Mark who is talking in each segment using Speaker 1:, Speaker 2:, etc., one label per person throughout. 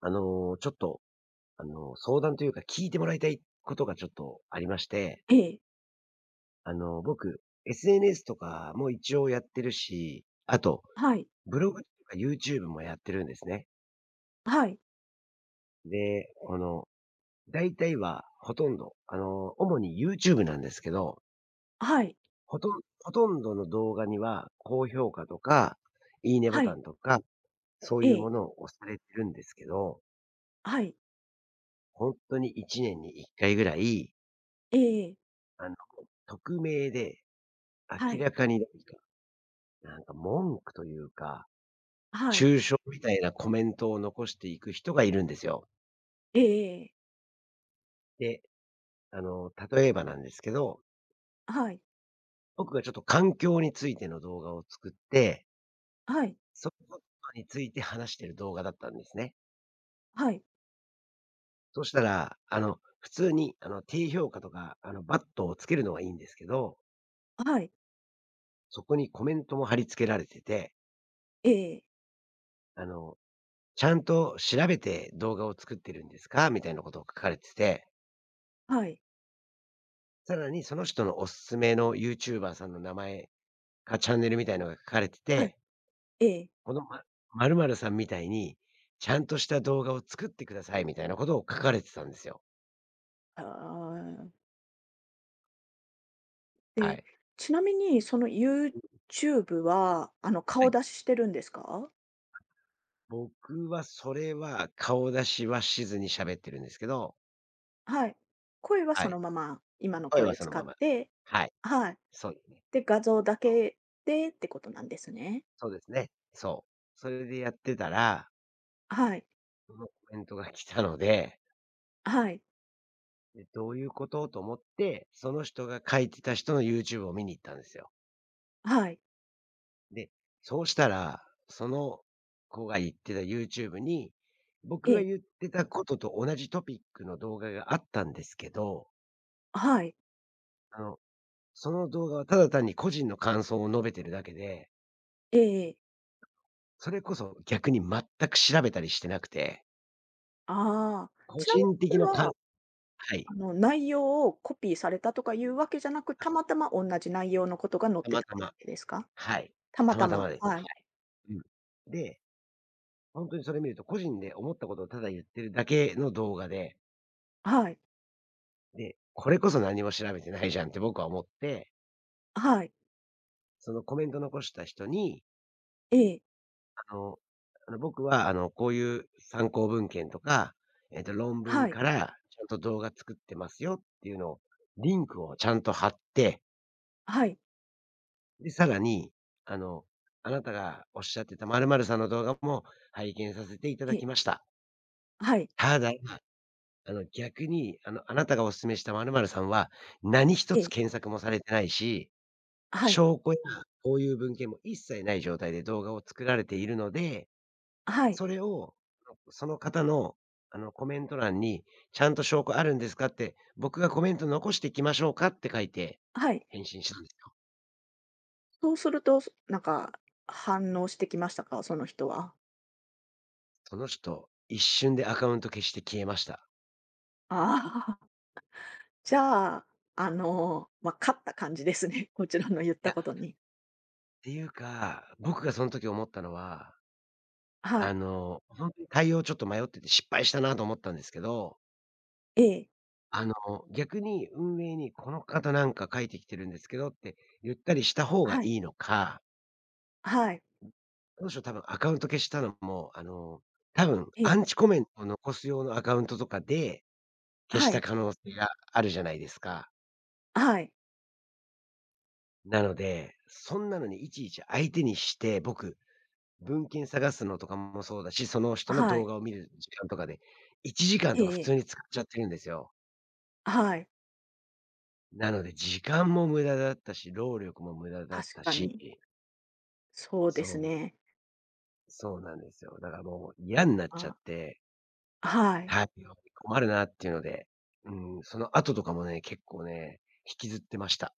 Speaker 1: ちょっと、相談というか聞いてもらいたいことがちょっとありまして、
Speaker 2: ええ、
Speaker 1: 僕、SNS とかも一応やってるし、あと、
Speaker 2: はい、
Speaker 1: ブログとか YouTube もやってるんですね。
Speaker 2: はい、
Speaker 1: で、この、大体はほとんど、主に YouTube なんですけど、
Speaker 2: はい、
Speaker 1: ほとんどの動画には高評価とか、いいねボ
Speaker 2: は
Speaker 1: タ
Speaker 2: い、
Speaker 1: ンとか、そう
Speaker 2: え
Speaker 1: いうも
Speaker 2: え、
Speaker 1: のを押されてるんですけど、
Speaker 2: はい、
Speaker 1: 本当に1年に1回ぐらい、
Speaker 2: ええ、
Speaker 1: あの、匿名で
Speaker 2: は
Speaker 1: 明
Speaker 2: い、
Speaker 1: らかになんか文句というか、
Speaker 2: はい、
Speaker 1: 中傷みたいなコメントを残していく人がいるんですよ。
Speaker 2: ええ、
Speaker 1: で、例えばなんですけど、
Speaker 2: はい、
Speaker 1: 僕がちょっと環境についての動画を作って、
Speaker 2: はい、
Speaker 1: そのことについて話してる動画だったんですね。
Speaker 2: はい、
Speaker 1: そしたら、普通に低評価とか、バットをつけるのはいいんですけど、
Speaker 2: はい、
Speaker 1: そこにコメントも貼り付けられてて、
Speaker 2: ええ、
Speaker 1: あの、「ちゃんと調べて動画を作ってるんですか？」みたいなことを書かれてて、
Speaker 2: はい、
Speaker 1: さらにその人のおすすめのユーチューバーさんの名前かチャンネルみたいのが書かれて
Speaker 2: はい、
Speaker 1: て、
Speaker 2: ええ、
Speaker 1: このま、ま〇〇さんみたいに、ちゃんとした動画を作ってくださいみたいなことを書かれてたんですよ。
Speaker 2: ああ、
Speaker 1: は
Speaker 2: で、
Speaker 1: い。
Speaker 2: ちなみにその
Speaker 1: うん、
Speaker 2: YouTube は、
Speaker 1: は
Speaker 2: 顔
Speaker 1: い。
Speaker 2: 出ししてるんですか？
Speaker 1: 僕はそれは顔出しはしずに喋ってるんですけど、
Speaker 2: はい。声は
Speaker 1: は
Speaker 2: その
Speaker 1: い。
Speaker 2: まま、今の
Speaker 1: 声
Speaker 2: 声
Speaker 1: は
Speaker 2: を
Speaker 1: その
Speaker 2: 使
Speaker 1: ま
Speaker 2: っ
Speaker 1: ま。
Speaker 2: て、
Speaker 1: はい。
Speaker 2: はい、
Speaker 1: そうですね。
Speaker 2: で、画像だ
Speaker 1: そう、
Speaker 2: けでってことなんですね。
Speaker 1: そうですね。そう。それでやってたら、
Speaker 2: はい、
Speaker 1: そのコメントが来たので、
Speaker 2: はい、
Speaker 1: で、どういうことと思って、その人が書いてた人のユーチューブを見に行ったんですよ。
Speaker 2: はい、
Speaker 1: で、そうしたら、その子が言ってた YouTube に、
Speaker 2: え
Speaker 1: 僕が
Speaker 2: え、
Speaker 1: 言ってたことと同じトピックの動画があったんですけど、
Speaker 2: はい、
Speaker 1: あの、その動画はただ単に個人の感想を述べてるだけで、
Speaker 2: ええええ。
Speaker 1: それこそ逆に全く調べたりしてなくて、
Speaker 2: ああ、
Speaker 1: 個
Speaker 2: ちなみに
Speaker 1: 人
Speaker 2: そ
Speaker 1: 的
Speaker 2: れ
Speaker 1: なかん
Speaker 2: は、
Speaker 1: はい、
Speaker 2: 内容をコピーされたとかいうわけじゃなく、たまたま同じ内容のことが載っ
Speaker 1: た
Speaker 2: て
Speaker 1: ま
Speaker 2: たっ
Speaker 1: た
Speaker 2: て
Speaker 1: ま。
Speaker 2: だけですか？
Speaker 1: はい。
Speaker 2: たま
Speaker 1: た
Speaker 2: た
Speaker 1: また
Speaker 2: ま、
Speaker 1: まです。
Speaker 2: は
Speaker 1: は
Speaker 2: い。
Speaker 1: い。うん。で、ほんとにそれ見ると、個人で思ったことをただ言ってるだけの動画で、
Speaker 2: はい。
Speaker 1: で、これこそ何も調べてないじゃんって僕は思って、
Speaker 2: はい。
Speaker 1: そのコメント残した人に、
Speaker 2: ええ。
Speaker 1: あの僕はこういう参考文献とか、論
Speaker 2: は
Speaker 1: 文
Speaker 2: い。
Speaker 1: からちゃんと動画作ってますよっていうのを、リンクをちゃんと貼って、
Speaker 2: はい。
Speaker 1: で、さらに、あの、あなたがおっしゃってた〇〇さんの動画も拝見させていた
Speaker 2: え
Speaker 1: だきま
Speaker 2: え。
Speaker 1: した。
Speaker 2: はい。
Speaker 1: ただ、逆に、あなたがお勧めした〇〇さんは、何一
Speaker 2: え
Speaker 1: つ
Speaker 2: え。
Speaker 1: 検索もされてないし、
Speaker 2: はい。
Speaker 1: 証拠やこういう文献も一切ない状態で動画を作られているので、
Speaker 2: はい。
Speaker 1: それを、その方の、コメント欄に、ちゃんと証拠あるんですかって、僕がコメント残していきましょうかって書いて、
Speaker 2: はい。
Speaker 1: 返信したんですよ。
Speaker 2: そうすると、なんか反応してきましたか？その人は。
Speaker 1: その人、一瞬でアカウント消して消えました。
Speaker 2: ああ、じゃあ、あの、ま、勝った感じですね、こちらの
Speaker 1: い
Speaker 2: 言っ
Speaker 1: や、
Speaker 2: たこ
Speaker 1: っ
Speaker 2: とに。
Speaker 1: ていうか、僕がその時思ったのは、
Speaker 2: はい。
Speaker 1: ほんとに対応ちょっと迷ってて失敗したなと思ったんですけど、
Speaker 2: ええ。
Speaker 1: あの、逆に運営にこの方なんか書いてきてるんですけどって言ったりした方が
Speaker 2: はい。
Speaker 1: いいのか、
Speaker 2: はい。
Speaker 1: 当初多分アカウント消したのも、多分
Speaker 2: え
Speaker 1: ア
Speaker 2: え。
Speaker 1: ンチコメントを残す用のアカウントとかで、消し
Speaker 2: は
Speaker 1: た
Speaker 2: い。
Speaker 1: 可能性があるじゃないですか。
Speaker 2: はい。
Speaker 1: なので、そんなのにいちいち相手にして、僕、文献探すのとかもそうだし、その人の
Speaker 2: は
Speaker 1: 動
Speaker 2: い。
Speaker 1: 画を見る時間とかで、1時間
Speaker 2: え
Speaker 1: とか普
Speaker 2: え
Speaker 1: 通に使っちゃってるんですよ。
Speaker 2: はい、
Speaker 1: なので時間も無駄だったし、労力も無駄だっ
Speaker 2: 確
Speaker 1: た
Speaker 2: か
Speaker 1: し、
Speaker 2: に。そうです
Speaker 1: そう、
Speaker 2: ね。
Speaker 1: そうなんですよ。だからもう嫌になっちゃ
Speaker 2: あ、
Speaker 1: って、
Speaker 2: はい。
Speaker 1: はい、困るなっていうので、うん、その後とかもね、結構ね、引きずってました。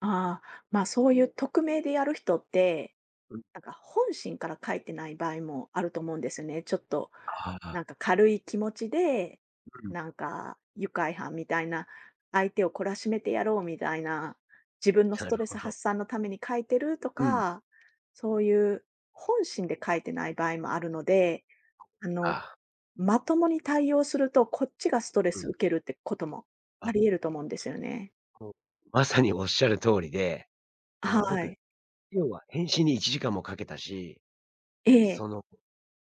Speaker 2: ああ、ま、そういう匿名でやる人って、
Speaker 1: うん。
Speaker 2: なんか本心から書いてない場合もあると思うんですよね。ちょっと、
Speaker 1: ああ、
Speaker 2: なんか軽い気持ちで、
Speaker 1: うん、
Speaker 2: なんか愉快犯みたいな、相手を懲らしめてやろうみたいな、自分の ス
Speaker 1: な
Speaker 2: ト
Speaker 1: る
Speaker 2: レ
Speaker 1: ほ
Speaker 2: ス
Speaker 1: ど。
Speaker 2: 発散のために書いてると
Speaker 1: うん。
Speaker 2: か、そういう本心で書いてない場合もあるので、あの
Speaker 1: ああ、
Speaker 2: まともに対応すると、こっちがストレ
Speaker 1: う
Speaker 2: ス
Speaker 1: ん。
Speaker 2: 受けるってこともあ
Speaker 1: あ、
Speaker 2: り得ると思うんですよね。
Speaker 1: もう、まさにおっしゃる通りで、そ
Speaker 2: は
Speaker 1: の僕、
Speaker 2: い。
Speaker 1: 要は返信に1時間もかけたし、
Speaker 2: ええ、
Speaker 1: その、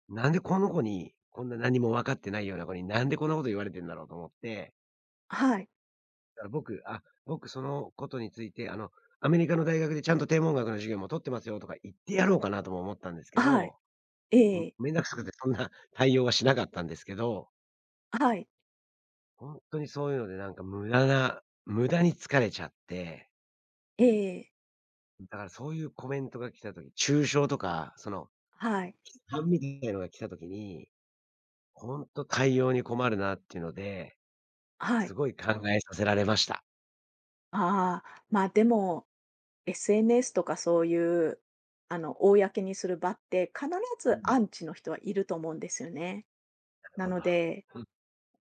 Speaker 1: なんでこの子に、こんな何も分かってないような子に、なんでこんなこと言われてんだろうと思って、
Speaker 2: はい、
Speaker 1: だから僕そのことについて、アメリカの大学でちゃんと天文学の授業も取ってますよとか言ってやろうかなとも思ったんですけ
Speaker 2: はい、
Speaker 1: ど、
Speaker 2: え
Speaker 1: もう
Speaker 2: え、
Speaker 1: めんどくさくてそんな対応はしなかったんですけど、
Speaker 2: はい、
Speaker 1: ほんとにそういうのでなんか無駄に疲れちゃって、
Speaker 2: ええ、
Speaker 1: だからそういうコメントが来た時、中傷とか、その、
Speaker 2: はい、
Speaker 1: 批判みたいのが来た時に、ほんと対応に困るなっていうので、
Speaker 2: は
Speaker 1: す
Speaker 2: い。
Speaker 1: ごい考えさせられました。
Speaker 2: ああ、まあ、でも、SNS とかそういう、公にする場って、必
Speaker 1: う
Speaker 2: ず
Speaker 1: ん、な
Speaker 2: ア
Speaker 1: る
Speaker 2: ンチの人はいると思うんですよね。な
Speaker 1: ほ
Speaker 2: の
Speaker 1: ど。
Speaker 2: で
Speaker 1: うん、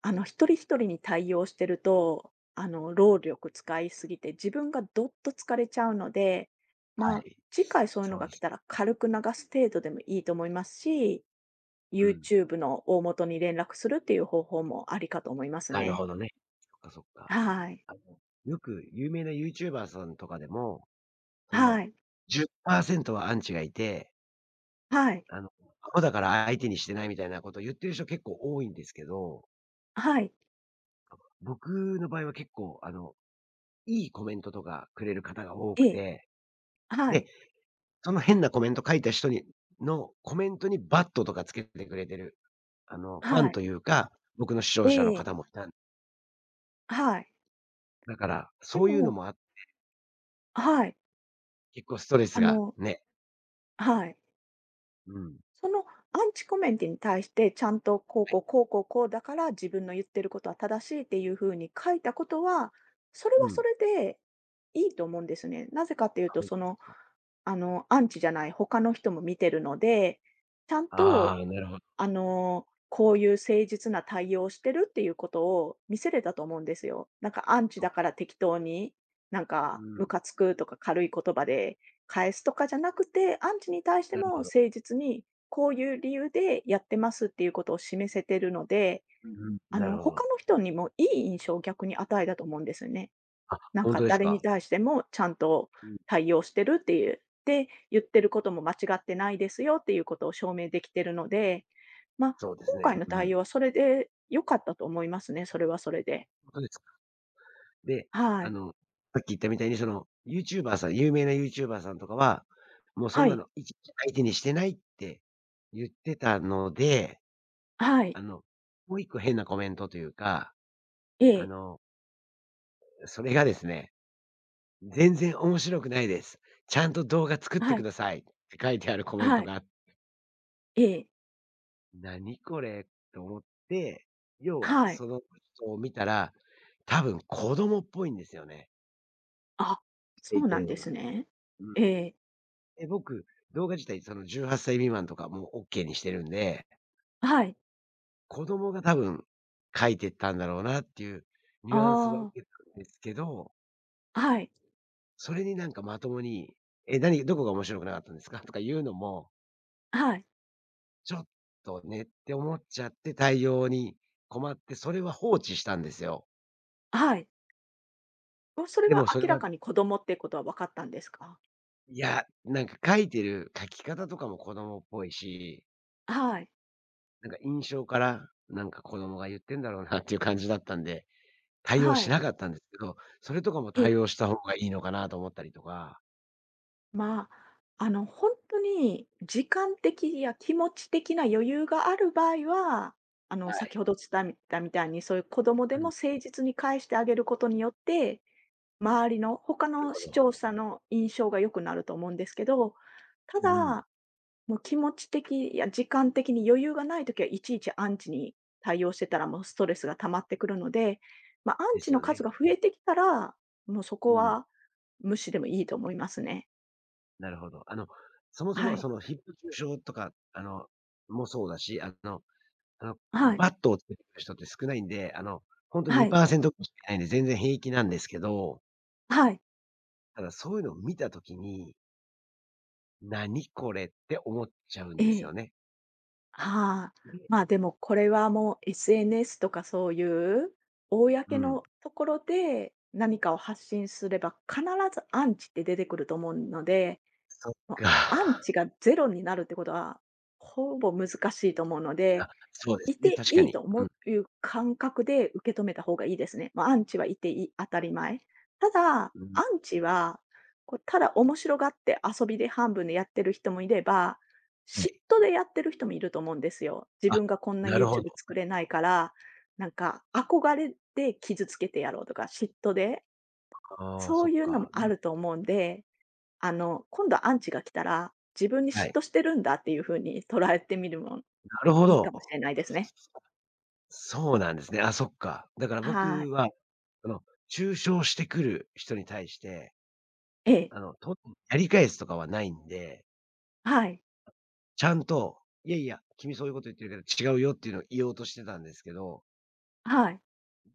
Speaker 2: 一人一人に対応してると、労力使いすぎて、自分がどっと疲れちゃうので、
Speaker 1: は
Speaker 2: まあ、
Speaker 1: い、
Speaker 2: 次回そういうの
Speaker 1: そう
Speaker 2: が
Speaker 1: で
Speaker 2: 来
Speaker 1: す
Speaker 2: た
Speaker 1: ね。
Speaker 2: ら軽く流す程度でもいいと思いますし、
Speaker 1: うん、
Speaker 2: YouTube の大元に連絡するっていう方法もありかと思います
Speaker 1: なる
Speaker 2: ね。
Speaker 1: ほどね。そっかそっか。
Speaker 2: はい。
Speaker 1: あの、よく有名なユーチューバーさんとかでも、そ
Speaker 2: は
Speaker 1: の
Speaker 2: い。
Speaker 1: 10%はアンチがいて、
Speaker 2: はい。
Speaker 1: あの、アホだから相手にしてないみたいなことを言ってる人結構多いんですけど、
Speaker 2: はい。
Speaker 1: 僕の場合は結構、いいコメントとかくれる方が多
Speaker 2: え
Speaker 1: く
Speaker 2: え。
Speaker 1: て、
Speaker 2: は
Speaker 1: で、
Speaker 2: い。
Speaker 1: その変なコメント書いた人にのコメントにバットとかつけてくれてる、ファ
Speaker 2: は
Speaker 1: ン
Speaker 2: い。
Speaker 1: というか、僕の視
Speaker 2: え
Speaker 1: 聴者の
Speaker 2: え。
Speaker 1: 方もいたん
Speaker 2: はい。
Speaker 1: だから、
Speaker 2: で
Speaker 1: そういうの
Speaker 2: も
Speaker 1: もあ
Speaker 2: はい。
Speaker 1: 結構ストレ
Speaker 2: あ
Speaker 1: スが
Speaker 2: の
Speaker 1: ね、
Speaker 2: はい。
Speaker 1: うん。
Speaker 2: そのアンチコメントに対して、ちゃんとこう
Speaker 1: は
Speaker 2: こ
Speaker 1: い。
Speaker 2: うこうこうこうだから自分の言ってることは正しいっていうふうに書いたことは、それ
Speaker 1: う
Speaker 2: はそ
Speaker 1: ん。
Speaker 2: れでいいと思うんですね。なぜかっていう
Speaker 1: あ、
Speaker 2: と、
Speaker 1: ほんと
Speaker 2: そ
Speaker 1: です
Speaker 2: の、
Speaker 1: か。
Speaker 2: アンチじゃない他の人も見てるので、ちゃん
Speaker 1: あ
Speaker 2: と
Speaker 1: あ、なるほど。
Speaker 2: こういう誠実な対応をしてるっていうことを見せれたと思うんですよ。なんかアンチ
Speaker 1: そ
Speaker 2: だから
Speaker 1: っ
Speaker 2: 適当に、なん
Speaker 1: う
Speaker 2: かム
Speaker 1: ん、
Speaker 2: カつくとか軽い言葉で返すとかじゃなくて、アンチに対して
Speaker 1: なる
Speaker 2: も
Speaker 1: ほど。
Speaker 2: 誠実に、こういう理由でやってますっていうことを示せてるので、
Speaker 1: うんうん、なるほ
Speaker 2: 他
Speaker 1: ど。
Speaker 2: の人にもいい印象を逆に与えたと思うんですよね。
Speaker 1: あ、
Speaker 2: なん
Speaker 1: ほん
Speaker 2: か
Speaker 1: とです
Speaker 2: 誰に
Speaker 1: か。
Speaker 2: 対してもちゃんと
Speaker 1: うん、
Speaker 2: 対応してるっていう、で、言ってることも間違ってないですよっていうことを証明できてるので、まあ、
Speaker 1: そうで
Speaker 2: 今
Speaker 1: すね。
Speaker 2: 回の
Speaker 1: うんう
Speaker 2: 対
Speaker 1: ん。
Speaker 2: 応はそれで良かったと思いますね、それはそれで。
Speaker 1: ほんとですで、
Speaker 2: は
Speaker 1: あ
Speaker 2: い。
Speaker 1: の、さっき言ったみたいに、その、ユーチューバーさん有名なユーチューバーさんとかは、もうそん
Speaker 2: は
Speaker 1: な
Speaker 2: い。
Speaker 1: のいちいち相手にしてないって言ってたので、
Speaker 2: はい。
Speaker 1: あの、もう一個変なコメントというか、
Speaker 2: え
Speaker 1: あ
Speaker 2: え。
Speaker 1: の、それがですね、「全然面白くないです。ちゃんと動画作って
Speaker 2: は
Speaker 1: く
Speaker 2: い。
Speaker 1: ださい」って書いてあるコメン
Speaker 2: は
Speaker 1: ト
Speaker 2: い。
Speaker 1: があ、
Speaker 2: ええ。
Speaker 1: 何これと思って、要は
Speaker 2: はい。
Speaker 1: その人を見たら、多分子供っぽいんですよね、
Speaker 2: あ、
Speaker 1: して
Speaker 2: そ
Speaker 1: い
Speaker 2: う
Speaker 1: て
Speaker 2: なん
Speaker 1: るの
Speaker 2: です
Speaker 1: が。
Speaker 2: ね。
Speaker 1: うん。
Speaker 2: ええ。
Speaker 1: え、僕、動画自体その18歳未満とかもオッケーにしてるんで、
Speaker 2: はい。
Speaker 1: 子供が多分書いてったんだろうなっていうニュアンスは
Speaker 2: ああ、
Speaker 1: 受けたんですけど、
Speaker 2: はい。
Speaker 1: それになんかまともに、「え、何どこが面白くなかったんですか？」とか言うのも、
Speaker 2: はい。
Speaker 1: ちょっとねって思っちゃって対応に困って、それは放置したんですよ。
Speaker 2: はい。お、それ
Speaker 1: で
Speaker 2: は
Speaker 1: もそれ
Speaker 2: 明ら
Speaker 1: は、
Speaker 2: かに子供ってことは分かったんですか？
Speaker 1: いや、なんか書いてる書き方とかも子供っぽいし、
Speaker 2: はい。
Speaker 1: なんか印象から、なんか子供が言ってんだろうなっていう感じだったんで、対応
Speaker 2: は
Speaker 1: し
Speaker 2: い。
Speaker 1: なかったんですけど、それとかも
Speaker 2: ええ。
Speaker 1: 対応した方がいいのかなと思ったりとか。
Speaker 2: まあ、本当に時間的や気持ち的な余裕がある場合は、
Speaker 1: は
Speaker 2: 先
Speaker 1: い。
Speaker 2: ほど伝えたみたいに、そういう子供で
Speaker 1: う
Speaker 2: も
Speaker 1: ん。な
Speaker 2: 誠実に返してあげることによって、周りの他
Speaker 1: る
Speaker 2: の
Speaker 1: ほ
Speaker 2: 視
Speaker 1: ど。
Speaker 2: 聴者の印象が良くなると思うんですけど、た
Speaker 1: うんうん。
Speaker 2: だ、もう気持ち的や時間的に余裕がないときは、いちいちアンチに対応してたら、もうストレスが溜まってくるので、まあ、アン
Speaker 1: で
Speaker 2: チ
Speaker 1: す
Speaker 2: の
Speaker 1: よ
Speaker 2: 数
Speaker 1: ね。
Speaker 2: が増えてきたら、もうそこ
Speaker 1: うん。
Speaker 2: は無視でもいいと思いますね。
Speaker 1: なるほど。そもそ
Speaker 2: は
Speaker 1: も
Speaker 2: い。
Speaker 1: そのヒップ中傷とか、もそうだし、あの、
Speaker 2: はい。
Speaker 1: バットをつけてくる人って少ないんで、ほんと
Speaker 2: はい。
Speaker 1: 2%しかいないんで、全然平気なんですけど、
Speaker 2: はい。
Speaker 1: ただそういうのを見た時に、「何これ」って思っちゃうん
Speaker 2: え
Speaker 1: ですよ
Speaker 2: え。
Speaker 1: ね。
Speaker 2: はあ。
Speaker 1: で、
Speaker 2: まあ、でもこれはもう SNS とかそういう
Speaker 1: う
Speaker 2: 公の
Speaker 1: ん。
Speaker 2: ところで何かを発信すれば必ずアンチって出てくると思うので、
Speaker 1: そっ
Speaker 2: もうアン
Speaker 1: か。
Speaker 2: チがゼロになるってことはほぼ難しいと思うので、
Speaker 1: あ、そうです
Speaker 2: い
Speaker 1: ね、
Speaker 2: て
Speaker 1: 確か
Speaker 2: いい
Speaker 1: に。
Speaker 2: と思
Speaker 1: うん。
Speaker 2: うという感覚で受け止めた方がいいですね。まあ、アンチはいていい当たり前。ただ、
Speaker 1: う
Speaker 2: ア
Speaker 1: ん。
Speaker 2: ンチは、こう、ただ面白がって遊びで半分でやってる人もいれば、
Speaker 1: は
Speaker 2: 嫉
Speaker 1: い。
Speaker 2: 妬でやってる人もいると思うんですよ。自
Speaker 1: あ、
Speaker 2: 分がこんな
Speaker 1: なるほ
Speaker 2: YouTube
Speaker 1: ど。
Speaker 2: 作れないから、なんか憧れで傷つけてやろうとか、嫉妬で、
Speaker 1: ああ、
Speaker 2: そ
Speaker 1: そ
Speaker 2: う
Speaker 1: っ
Speaker 2: いうのも
Speaker 1: か。
Speaker 2: あ
Speaker 1: うん、
Speaker 2: ると思うんで、今度アンチが来たら、自分に
Speaker 1: は
Speaker 2: 嫉
Speaker 1: い。
Speaker 2: 妬してるんだっていう風に捉えてみるも
Speaker 1: なるほ
Speaker 2: いいか
Speaker 1: ど。
Speaker 2: もしれないですね。
Speaker 1: そうなんですね。あ、そっか。だから
Speaker 2: はい。
Speaker 1: 僕は、あの、中傷してくる人に対して、
Speaker 2: ええ、
Speaker 1: あの、とやり返すとかはないんで、
Speaker 2: はい、
Speaker 1: ちゃんと、いやいや、君そういうこと言ってるけど違うよっていうのを言おうとしてたんですけど、
Speaker 2: はい、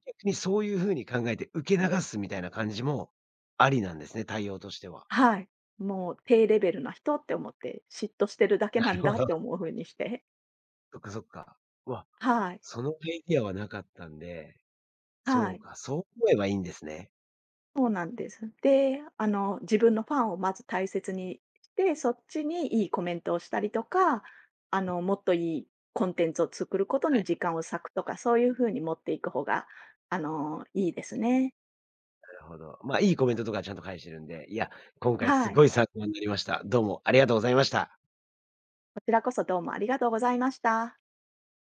Speaker 1: 逆にそういうふうに考えて受け流すみたいな感じもありなんですね、対応としては。
Speaker 2: はい。もう低レベルな人って思って、嫉妬してるだ け
Speaker 1: な
Speaker 2: な
Speaker 1: る
Speaker 2: んだ
Speaker 1: ほ
Speaker 2: っ
Speaker 1: ど。
Speaker 2: て思う風にして。
Speaker 1: そっかそっか。うわ、
Speaker 2: はい、
Speaker 1: そのアイディアはなかったんで、
Speaker 2: は
Speaker 1: そう
Speaker 2: い、
Speaker 1: か、そう思えばいいんですね。
Speaker 2: そうなんです。で、自分のファンをまず大切にして、そっちにいいコメントをしたりとか、もっといいコンテンツを作ること
Speaker 1: は
Speaker 2: に
Speaker 1: い。
Speaker 2: 時間を割くとか、そういう風に持っていく方が、いいですね。
Speaker 1: なるほど。まあ、いいコメントとかちゃんと返してるんで、いや、今回
Speaker 2: は
Speaker 1: す
Speaker 2: い。
Speaker 1: ごい参考になりました。どうもありがとうございました。
Speaker 2: こちらこそどうもありがとうございました。